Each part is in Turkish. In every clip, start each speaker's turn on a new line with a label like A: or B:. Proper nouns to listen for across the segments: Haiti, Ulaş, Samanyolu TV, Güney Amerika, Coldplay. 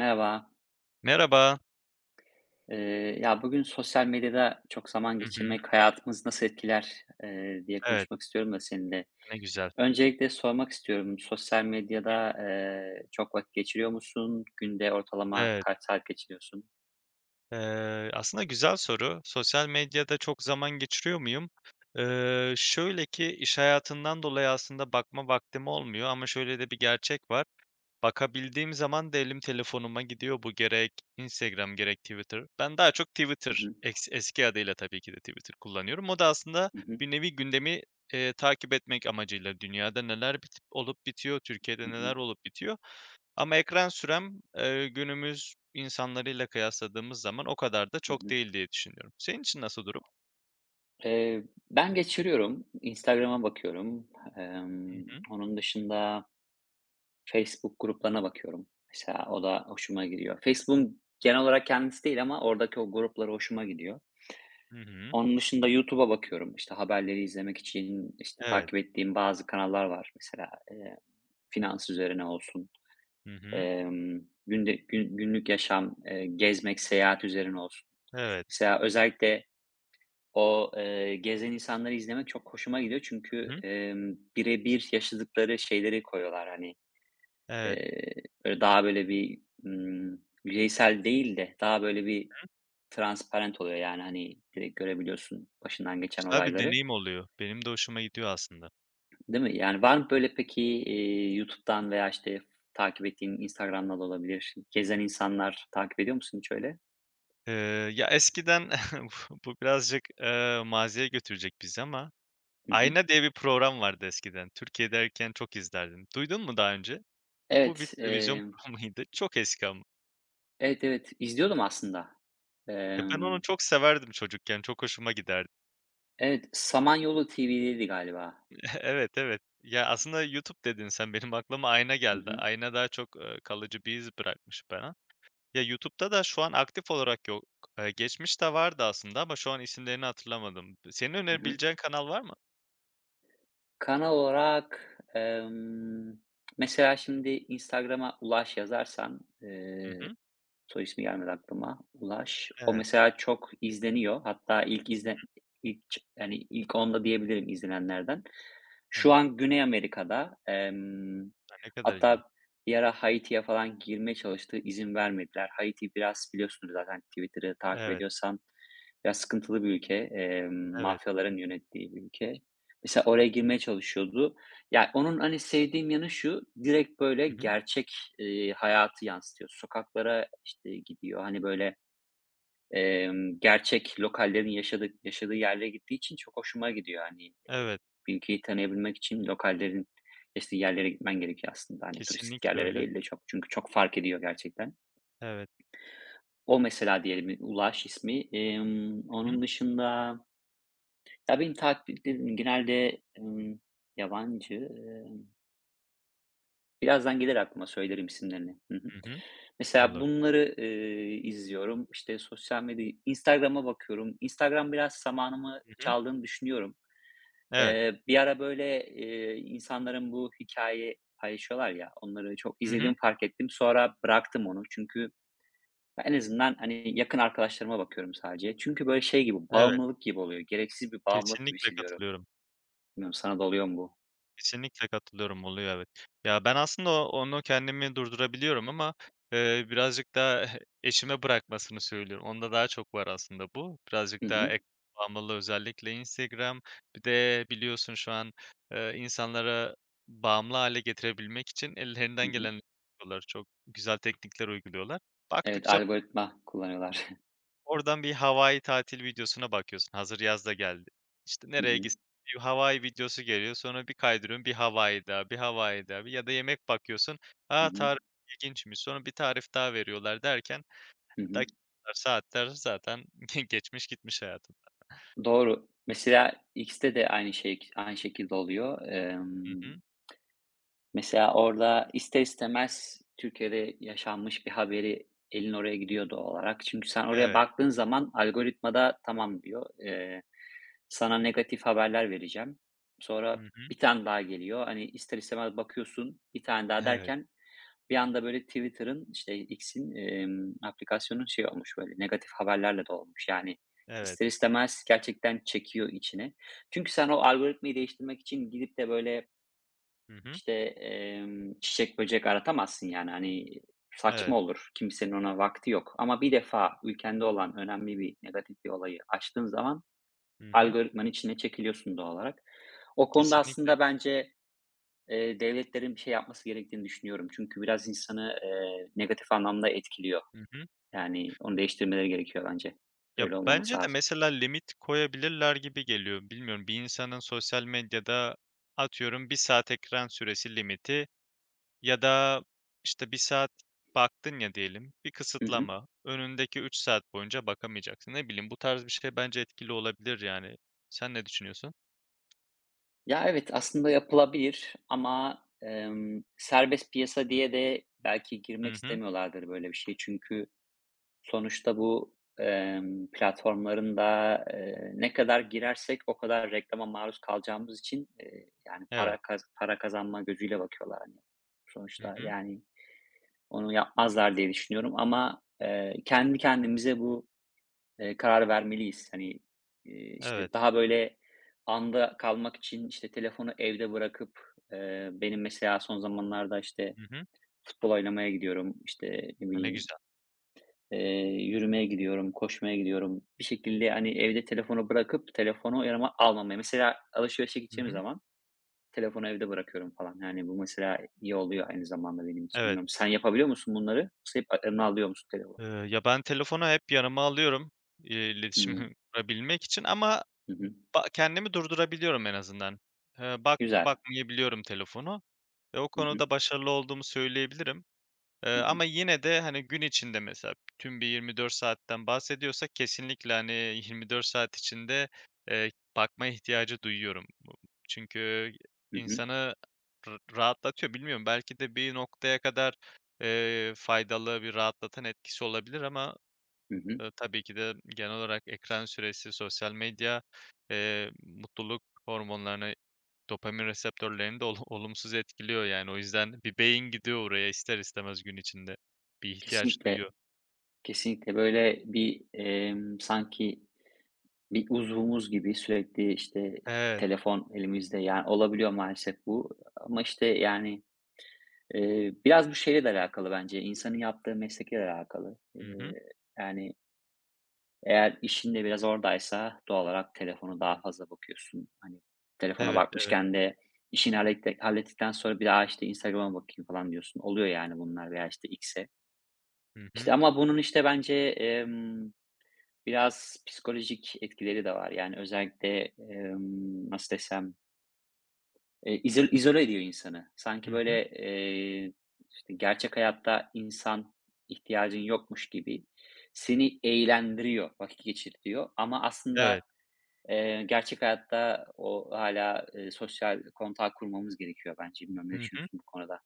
A: Merhaba.
B: Merhaba.
A: Ya, bugün sosyal medyada çok zaman
B: Hı hı.
A: geçirmek hayatımızı nasıl etkiler, diye
B: Evet,
A: konuşmak istiyorum da seninle.
B: ne güzel.
A: Öncelikle sormak istiyorum, sosyal medyada, çok vakit geçiriyor musun? Günde ortalama
B: Evet,
A: kaç saat geçiriyorsun?
B: aslında güzel soru. Sosyal medyada çok zaman geçiriyor muyum? Şöyle ki iş hayatından dolayı aslında bakma vaktim olmuyor ama şöyle de bir gerçek var. Bakabildiğim zaman da elim telefonuma gidiyor. Bu gerek Instagram gerek Twitter. Ben daha çok
A: Hı
B: Twitter,
A: hı.
B: eski adıyla tabii ki de Twitter kullanıyorum. O da aslında
A: Hı hı.
B: bir nevi gündemi takip etmek amacıyla dünyada neler bitip olup bitiyor,
A: Hı
B: Türkiye'de
A: hı.
B: neler olup bitiyor. Ama ekran sürem, günümüz insanlarıyla kıyasladığımız zaman o kadar da
A: Hı
B: çok
A: hı.
B: değil diye düşünüyorum. Senin için nasıl durum?
A: Eee, Ben geçiriyorum. Instagram'a bakıyorum.
B: Hı
A: Emm,
B: hı.
A: Onun dışında Facebook gruplarına bakıyorum. Mesela o da hoşuma gidiyor. Facebook'un genel olarak kendisi değil ama oradaki o grupları hoşuma gidiyor.
B: Hı hı.
A: Onun dışında YouTube'a bakıyorum. İşte haberleri izlemek için, işte,
B: Evet.
A: takip ettiğim bazı kanallar var mesela, finans üzerine olsun,
B: Hı hı.
A: emm, günde gün günlük yaşam, gezmek, seyahat üzerine olsun.
B: Evet.
A: Mesela özellikle o, gezen insanları izlemek çok hoşuma gidiyor
B: Hı
A: çünkü,
B: hı.
A: bire yaşadıkları şeyleri koyuyorlar. Hani,
B: Evet.
A: eee, böyle daha böyle bir, yüzeysel değil de daha böyle bir transparent oluyor. Yani, hani, direkt görebiliyorsun başından geçen
B: Güzel bir
A: olayları.
B: deneyim oluyor. Benim de hoşuma gidiyor aslında.
A: Değil mi? Yani, var mı böyle peki, YouTube'dan veya, işte, takip ettiğin Instagram'da da olabilir, gezen insanlar takip ediyor musun hiç öyle?
B: Eee, Ya, eskiden bu birazcık, maziye götürecek bizi ama
A: Hı hı.
B: Ayna diye bir program vardı eskiden. Türkiye'deyken çok izlerdim. Duydun mu daha önce? Bu bir
A: Evet,
B: televizyon programıydı. Çok eski ama.
A: evet, izliyordum aslında.
B: Ya, ben onu
A: Emm,
B: çok severdim çocukken. Çok hoşuma giderdi.
A: evet, Samanyolu TV'deydi galiba.
B: Evet, evet. Ya, aslında YouTube dedin sen, benim aklıma ayna
A: Hı
B: geldi.
A: hı.
B: Ayna daha çok, kalıcı bir iz bırakmış bana. Ya, YouTube'da da şu an aktif olarak yok. Geçmişte vardı aslında ama şu an isimlerini hatırlamadım. Senin
A: Hı hı.
B: önerebileceğin kanal var mı?
A: Kanal olarak, mesela şimdi Instagram'a Ulaş yazarsan,
B: Hı hı.
A: soy ismi gelmedi aklıma. Ulaş. O
B: Evet.
A: mesela çok izleniyor. Hatta ilk izle ilk ç yani, ilk onda diyebilirim izlenenlerden. Şu
B: Hani,
A: an Güney Amerika'da,
B: ya, ne kadar ilginç.
A: hatta bir ara Haiti'ye falan girmeye çalıştı, izin vermediler. Haiti biraz biliyorsunuz zaten, Twitter'ı takip
B: Evet,
A: ediyorsan biraz sıkıntılı bir ülke.
B: evet.
A: Mafyaların yönettiği bir ülke. Mesela oraya girmeye çalışıyordu. Yani onun, hani, sevdiğim yanı şu, direkt böyle
B: Hı hı.
A: gerçek, hayatı yansıtıyor. Sokaklara, işte, gidiyor. Hani, böyle, gerçek lokallerin yaşadığı yerlere gittiği için çok hoşuma gidiyor. Hani,
B: Evet,
A: bir ülkeyi tanıyabilmek için lokallerin yaşadığı yerlere gitmen gerekiyor aslında. Hani, turistik
B: kesinlikle
A: yerlere
B: öyle.
A: değil de çok çünkü çok fark ediyor gerçekten.
B: Evet.
A: O mesela diyelim, Ulaş ismi.
B: Hı hı.
A: Onun dışında, ya, benim takip ettiğim genelde, yabancı, birazdan gelir aklıma, söylerim isimlerini. Hı hı.
B: Hı hı.
A: Mesela
B: Olur.
A: bunları, izliyorum. İşte, sosyal medya Instagram'a bakıyorum. Instagram biraz zamanımı
B: Hı hı.
A: çaldığını düşünüyorum.
B: Evet.
A: Bir ara, böyle, insanların bu hikâye paylaşıyorlar ya, onları çok
B: Hı hı.
A: izlediğimi fark ettim. Sonra bıraktım onu. Çünkü en azından, hani, yakın arkadaşlarıma bakıyorum sadece. Çünkü, böyle, şey gibi,
B: Evet,
A: bağımlılık gibi oluyor. Gereksiz bir bağımlılık gibi
B: kesinlikle
A: hissediyorum.
B: katılıyorum.
A: Bilmiyorum sana da oluyor mu bu?
B: Kesinlikle katılıyorum, oluyor evet. Ya, ben aslında onu kendimi durdurabiliyorum ama, birazcık daha eşime bırakmasını söylüyorum. Onda daha çok var aslında bu.
A: Hı
B: Birazcık daha
A: hı.
B: ekran bağımlılığı özellikle Instagram. Bir de biliyorsun şu an, insanlara bağımlı hale getirebilmek için ellerinden
A: Hı hı.
B: geleni yapıyorlar. Çok güzel teknikler uyguluyorlar.
A: Evet,
B: Baktıkça
A: algoritma kullanıyorlar.
B: oradan bir Hawaii tatil videosuna bakıyorsun, hazır yaz da geldi. İşte,
A: Hı
B: nereye
A: hı.
B: gitsin, bir Hawaii videosu geliyor, sonra bir kaydırıyorsun, bir Hawaii daha, bir Hawaii daha bir ya da yemek bakıyorsun,
A: Hı
B: a,
A: hı.
B: tarif ilginçmiş, sonra bir tarif daha veriyorlar derken
A: Hı hı.
B: dakikalar, saatler zaten geçmiş gitmiş hayatım.
A: Doğru. Mesela X'te de aynı şey aynı şekilde oluyor.
B: Hı hı.
A: Mesela orada ister istemez Türkiye'de yaşanmış bir haberi elin oraya gidiyor doğal olarak. Çünkü sen oraya
B: Evet.
A: baktığın zaman algoritmada tamam diyor, sana negatif haberler vereceğim.
B: Hı
A: Sonra
B: hı.
A: bir tane daha geliyor. Hani, ister istemez bakıyorsun, bir tane daha
B: Evet.
A: derken bir anda böyle Twitter'ın, işte, X'in, aplikasyonu şey olmuş, böyle, negatif haberlerle dolmuş. Yani,
B: Evet.
A: ister istemez gerçekten çekiyor içine. Çünkü sen o algoritmayı değiştirmek için gidip de, böyle,
B: Hı hı.
A: işte, çiçek böcek aratamazsın, yani, hani,
B: Evet.
A: saçma olur. Kimsenin ona vakti yok. Ama bir defa ülkende olan önemli bir negatif bir olayı açtığın zaman
B: Hı hı.
A: algoritmanın içine çekiliyorsun doğal olarak. O konuda
B: Kesinlikle.
A: aslında bence, devletlerin bir şey yapması gerektiğini düşünüyorum. Çünkü biraz insanı, negatif anlamda etkiliyor.
B: Hı hı.
A: Yani onu değiştirmeleri gerekiyor bence.
B: Ya,
A: Öyle olmaması
B: bence de
A: lazım.
B: mesela limit koyabilirler gibi geliyor. Bilmiyorum, bir insanın sosyal medyada atıyorum bir saat ekran süresi limiti ya da, işte, bir saat baktın ya diyelim, bir
A: Hı hı.
B: kısıtlama. Önündeki 3 saat boyunca bakamayacaksın. Ne bileyim, bu tarz bir şey bence etkili olabilir yani. Sen ne düşünüyorsun?
A: Ya, evet, aslında yapılabilir ama, serbest piyasa diye de belki
B: Hı
A: girmek
B: hı.
A: istemiyorlardır böyle bir şey. Çünkü sonuçta bu, platformların da, ne kadar girersek o kadar reklama maruz kalacağımız için, yani
B: Evet.
A: para kazanma gözüyle bakıyorlar hani.
B: Hı
A: Sonuçta
B: hı.
A: yani onu yapmazlar diye düşünüyorum ama, kendi kendimize bu, kararı vermeliyiz. Hani,
B: Evet.
A: işte, daha böyle anda kalmak için, işte, telefonu evde bırakıp, benim mesela son zamanlarda, işte,
B: Hı hı.
A: futbol oynamaya gidiyorum, işte, ne
B: A, ne
A: bileyim,
B: güzel.
A: eee, yürümeye gidiyorum, koşmaya gidiyorum. Bir şekilde, hani, evde telefonu bırakıp telefonu yanıma almamaya. Mesela alışverişe
B: Hı
A: gideceğim
B: hı.
A: zaman telefonu evde bırakıyorum falan. Yani, bu mesela iyi oluyor aynı zamanda benim için.
B: Evet.
A: Bilmiyorum sen yapabiliyor musun bunları? Yoksa hep eline alıyor musun telefonu?
B: Ya, ben telefonu hep yanıma alıyorum, iletişimi
A: Hımm.
B: kurabilmek için ama
A: Hı hı.
B: kendimi durdurabiliyorum en azından. Eee, bak
A: Güzel.
B: Bakmayabiliyorum telefonu ve o
A: Hı hı.
B: konuda başarılı olduğumu söyleyebilirim.
A: Hı hı.
B: Ama yine de, hani, gün içinde mesela tüm bir 24 saatten bahsediyorsak kesinlikle, hani, 24 saat içinde, bakma ihtiyacı duyuyorum. Bu çünkü
A: Hı hı.
B: insanı r rahatlatıyor. Bilmiyorum, belki de bir noktaya kadar, faydalı, bir rahatlatan etkisi olabilir ama,
A: Hı hı.
B: tabii ki de genel olarak ekran süresi, sosyal medya, mutluluk hormonlarına dopamin reseptörlerini de olumsuz etkiliyor yani. O yüzden bir beyin gidiyor oraya ister istemez gün içinde. Bir ihtiyaç
A: Kesinlikle,
B: duyuyor.
A: kesinlikle. Böyle bir, sanki bir uzvumuz gibi sürekli, işte,
B: Evet.
A: telefon elimizde. Yani, olabiliyor maalesef bu ama, işte, yani, biraz bu şeyle de alakalı bence, insanın yaptığı meslekle de alakalı.
B: Hı hı.
A: Yani eğer işin de biraz oradaysa doğal olarak telefonu daha fazla bakıyorsun. Hani, telefona
B: Evet, evet.
A: bakmışken de işini hallettikten sonra bir daha, işte, Instagram'a bakayım falan diyorsun. Oluyor yani bunlar veya, işte, X'e.
B: Hı hı.
A: İşte, ama bunun, işte, bence, biraz psikolojik etkileri de var. Yani özellikle, nasıl desem, izole ediyor insanı.
B: Hı
A: Sanki
B: hı.
A: böyle, işte, gerçek hayatta insan ihtiyacın yokmuş gibi seni eğlendiriyor, vakit geçirtiyor ama aslında
B: Evet.
A: Gerçek hayatta o hala sosyal kontağı kurmamız gerekiyor bence. Bilmiyorum ne
B: Hı hı.
A: düşünüyorsun bu konuda?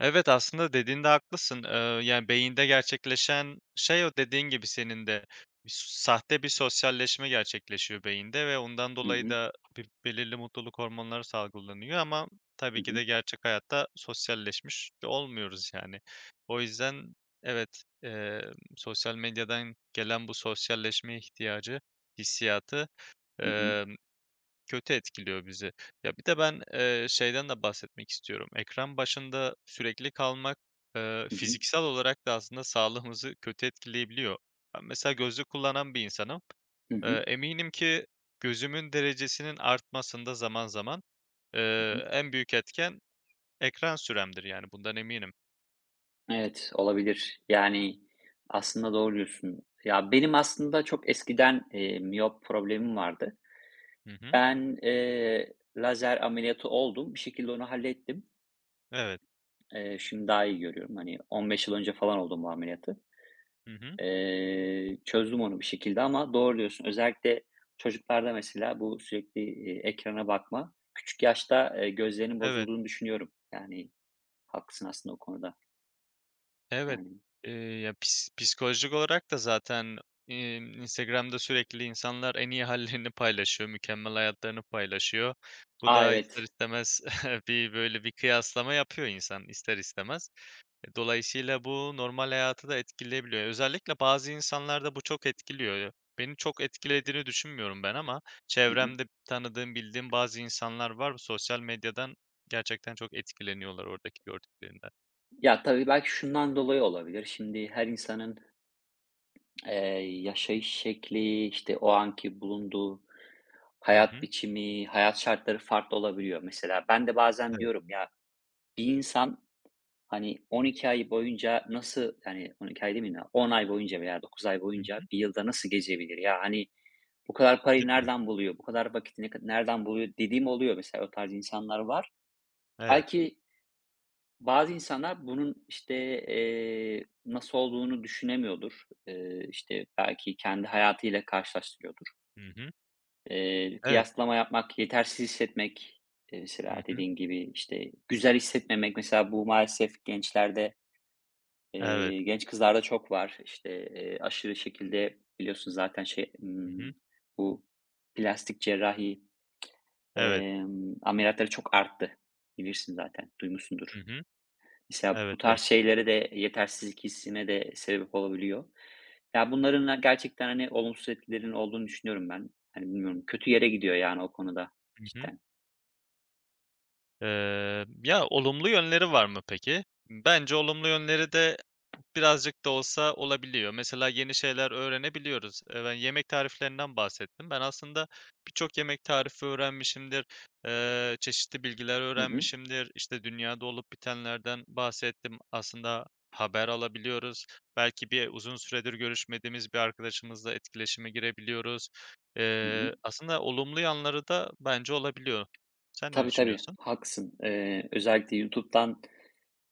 B: Evet, aslında dediğinde haklısın. Yani, beyinde gerçekleşen şey o dediğin gibi senin de. Bir s Sahte bir sosyalleşme gerçekleşiyor beyinde ve ondan
A: Hı
B: dolayı
A: hı.
B: da bir belirli mutluluk hormonları salgılanıyor ama
A: Hı
B: tabii ki
A: hı.
B: de gerçek hayatta sosyalleşmiş olmuyoruz, yani. O yüzden evet, sosyal medyadan gelen bu sosyalleşme ihtiyacı, hissiyatı,
A: Hı hı.
B: kötü etkiliyor bizi. Ya, bir de ben, şeyden de bahsetmek istiyorum. Ekran başında sürekli kalmak,
A: Hı hı.
B: fiziksel olarak da aslında sağlığımızı kötü etkileyebiliyor. Ben mesela gözlük kullanan bir insanım.
A: Hı hı.
B: Eminim ki gözümün derecesinin artmasında zaman zaman,
A: Hı hı.
B: en büyük etken ekran süremdir, yani, bundan eminim.
A: Evet, olabilir. Yani, aslında doğru diyorsun. Ya, benim aslında çok eskiden, miyop problemim vardı.
B: Hı hı.
A: Ben, lazer ameliyatı oldum. Bir şekilde onu hallettim.
B: Evet.
A: Şimdi daha iyi görüyorum. Hani, 15 yıl önce falan oldum bu ameliyatı.
B: Hı hı.
A: Çözdüm onu bir şekilde ama doğru diyorsun. Özellikle çocuklarda mesela bu sürekli, ekrana bakma, küçük yaşta, gözlerinin
B: Evet.
A: bozulduğunu düşünüyorum. Yani haklısın aslında o konuda.
B: Evet.
A: Yani.
B: Eee, ya, psikolojik olarak da zaten, Instagram'da sürekli insanlar en iyi hallerini paylaşıyor, mükemmel hayatlarını paylaşıyor. Bu
A: A,
B: da ister
A: evet.
B: istemez bir kıyaslama yapıyor insan ister istemez. E, dolayısıyla bu normal hayatı da etkileyebiliyor. Özellikle bazı insanlarda bu çok etkiliyor. Beni çok etkilediğini düşünmüyorum ben ama
A: Hı hı.
B: çevremde tanıdığım, bildiğim bazı insanlar var. Sosyal medyadan gerçekten çok etkileniyorlar oradaki gördüklerinden.
A: Ya, tabii belki şundan dolayı olabilir. Şimdi her insanın, eee, yaşayış şekli, işte, o anki bulunduğu
B: Hı hı.
A: hayat biçimi, hayat şartları farklı olabiliyor. Mesela ben de bazen
B: Evet.
A: diyorum, ya, bir insan hani 12 ay boyunca nasıl, yani 12 ay demeyeyim ya, 10 ay boyunca veya 9 ay
B: Hı
A: boyunca
B: hı.
A: bir yılda nasıl gezebilir? Ya, hani, bu kadar parayı
B: Değil mi?
A: nereden buluyor, bu kadar vakiti nereden buluyor dediğim oluyor mesela. O tarz insanlar var.
B: Evet.
A: Belki bazı insanlar bunun, işte, nasıl olduğunu düşünemiyordur. İşte, belki kendi hayatıyla karşılaştırıyordur.
B: Hı hı. Evet.
A: Kıyaslama yapmak, yetersiz hissetmek,
B: Hı
A: mesela
B: hı.
A: dediğin gibi, işte, güzel hissetmemek mesela bu maalesef gençlerde
B: Evet.
A: Eee, genç kızlarda çok var. İşte, aşırı şekilde biliyorsun zaten şey,
B: Hı hı.
A: ımm, bu plastik cerrahi,
B: Evet.
A: emm, ameliyatları çok arttı. Bilirsin zaten, duymuşsundur.
B: Hı hı.
A: Mesela
B: Evet,
A: bu tarz
B: evet.
A: şeylere de, yetersizlik hissine de sebep olabiliyor. Ya, bunların gerçekten, hani, olumsuz etkilerinin olduğunu düşünüyorum ben. Hani, bilmiyorum, kötü yere gidiyor yani o konuda
B: Hı hı.
A: cidden.
B: Ya, olumlu yönleri var mı peki? Bence olumlu yönleri de birazcık da olsa olabiliyor. Mesela yeni şeyler öğrenebiliyoruz. Ben yemek tariflerinden bahsettim. Ben aslında birçok yemek tarifi öğrenmişimdir. Çeşitli bilgiler
A: Hı hı.
B: öğrenmişimdir. İşte, dünyada olup bitenlerden bahsettim. Aslında haber alabiliyoruz. Belki bir uzun süredir görüşmediğimiz bir arkadaşımızla etkileşime girebiliyoruz.
A: Hı hı.
B: Aslında olumlu yanları da bence olabiliyor. Sen ne
A: Tabii, tabii,
B: düşünüyorsun?
A: haklısın. Özellikle YouTube'dan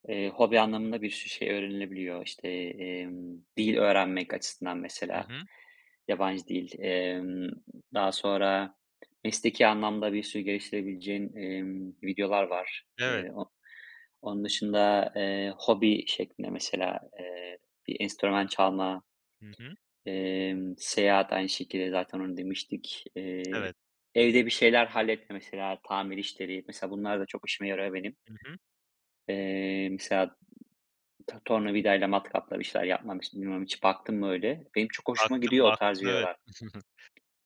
A: Hobi anlamında bir sürü şey öğrenilebiliyor. İşte, dil öğrenmek açısından
B: Hı
A: mesela,
B: hı.
A: yabancı dil. Daha sonra mesleki anlamda bir sürü geliştirebileceğin, videolar var.
B: Evet.
A: O Onun dışında, hobi şeklinde mesela, bir enstrüman çalma,
B: Hı hı.
A: emm, seyahat aynı şekilde zaten onu demiştik.
B: Evet.
A: Evde bir şeyler halletme mesela, tamir işleri. Mesela bunlar da çok işime yarıyor benim.
B: Hı hı.
A: Mesela tornavidayla, matkapla bir şeyler yapmamış. Bilmiyorum hiç baktın mı öyle? Benim çok hoşuma
B: Baktım,
A: gidiyor o tarz
B: baktım. Evet.
A: videolar.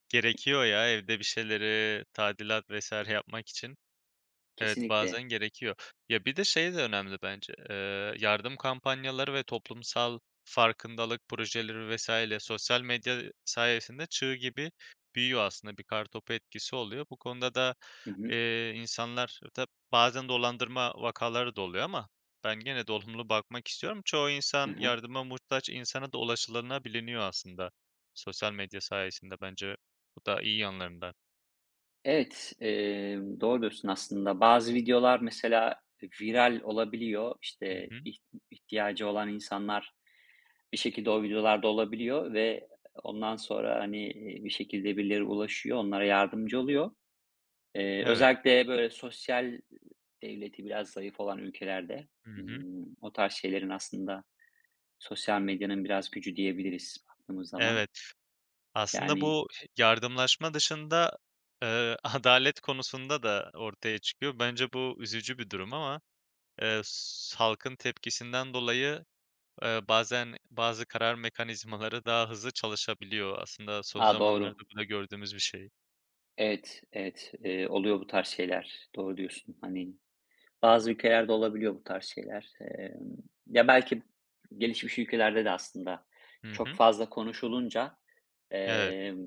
B: Gerekiyor ya, evde bir şeyleri tadilat vesaire yapmak için. Evet, bazen
A: Kesinlikle.
B: gerekiyor. Ya, bir de şey de önemli bence, yardım kampanyaları ve toplumsal farkındalık projeleri vesaire sosyal medya sayesinde çığ gibi büyüyor aslında, bir kartopu etkisi oluyor. Bu konuda da
A: Hı hı.
B: İnsanlar tab bazen dolandırma vakaları da oluyor ama ben gene de olumlu bakmak istiyorum. Çoğu
A: Hı
B: insan
A: hı.
B: yardıma muhtaç insana da ulaşılabiliyor aslında sosyal medya sayesinde. Bence bu da iyi yanlarından.
A: Evet, doğru diyorsun aslında. Bazı videolar mesela viral olabiliyor.
B: Hı
A: İşte,
B: hı.
A: ihtiyacı olan insanlar bir şekilde o videolarda olabiliyor ve ondan sonra, hani, bir şekilde birileri ulaşıyor, onlara yardımcı oluyor.
B: Evet.
A: Özellikle böyle sosyal devleti biraz zayıf olan ülkelerde,
B: Hı hı.
A: ımm, o tarz şeylerin aslında sosyal medyanın biraz gücü diyebiliriz baktığımız zaman.
B: Evet. Aslında
A: Yani,
B: bu yardımlaşma dışında, eee, adalet konusunda da ortaya çıkıyor. Bence bu üzücü bir durum ama, s halkın tepkisinden dolayı bazen bazı karar mekanizmaları daha hızlı çalışabiliyor. Aslında son
A: a,
B: zamanlarda
A: doğru.
B: bu da gördüğümüz bir şey.
A: Evet, evet, oluyor bu tarz şeyler. Doğru diyorsun. Hani, bazı ülkelerde olabiliyor bu tarz şeyler. Emm, Ya, belki gelişmiş ülkelerde de aslında
B: Hı
A: çok
B: hı.
A: fazla konuşulunca,
B: Evet,
A: emm,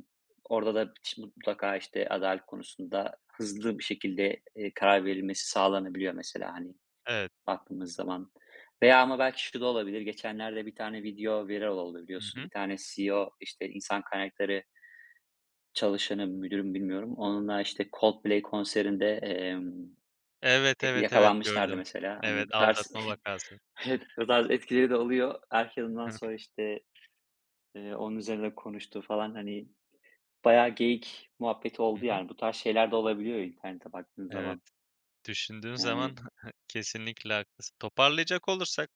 A: orada da mutlaka, işte, adalet konusunda hızlı bir şekilde, karar verilmesi sağlanabiliyor mesela, hani,
B: evet.
A: baktığımız zaman. Veya ama belki şu da olabilir. Geçenlerde bir tane video viral oldu
B: Hı
A: biliyorsun. Bir
B: hı.
A: tane CEO, işte, insan kaynakları çalışanı, müdürüm bilmiyorum. Onunla, işte, Coldplay konserinde,
B: Evet,
A: y
B: evet, evet
A: yakalanmışlardı
B: gördüm.
A: mesela. Hani, bu
B: Evet,
A: tarz
B: aldatma vakası.
A: evet, bu tarz etkileri de oluyor. Herkes
B: Hı hı.
A: sonra, işte, onun üzerine konuştu falan. Hani, bayağı geyik muhabbeti
B: Hı
A: oldu
B: hı.
A: yani. Bu tarz şeyler de olabiliyor internete baktığın
B: Evet.
A: zaman.
B: Düşündüğün zaman
A: Yani.
B: kesinlikle haklısın. Toparlayacak olursak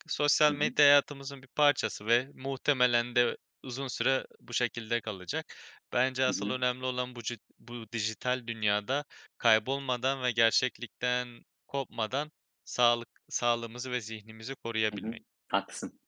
A: Hı
B: sosyal
A: hı.
B: medya hayatımızın bir parçası ve muhtemelen de uzun süre bu şekilde kalacak. Bence
A: Hı
B: asıl
A: hı.
B: önemli olan bu, bu dijital dünyada kaybolmadan ve gerçeklikten kopmadan sağlığımızı ve zihnimizi
A: Hı hı.
B: koruyabilmek.
A: Haklısın.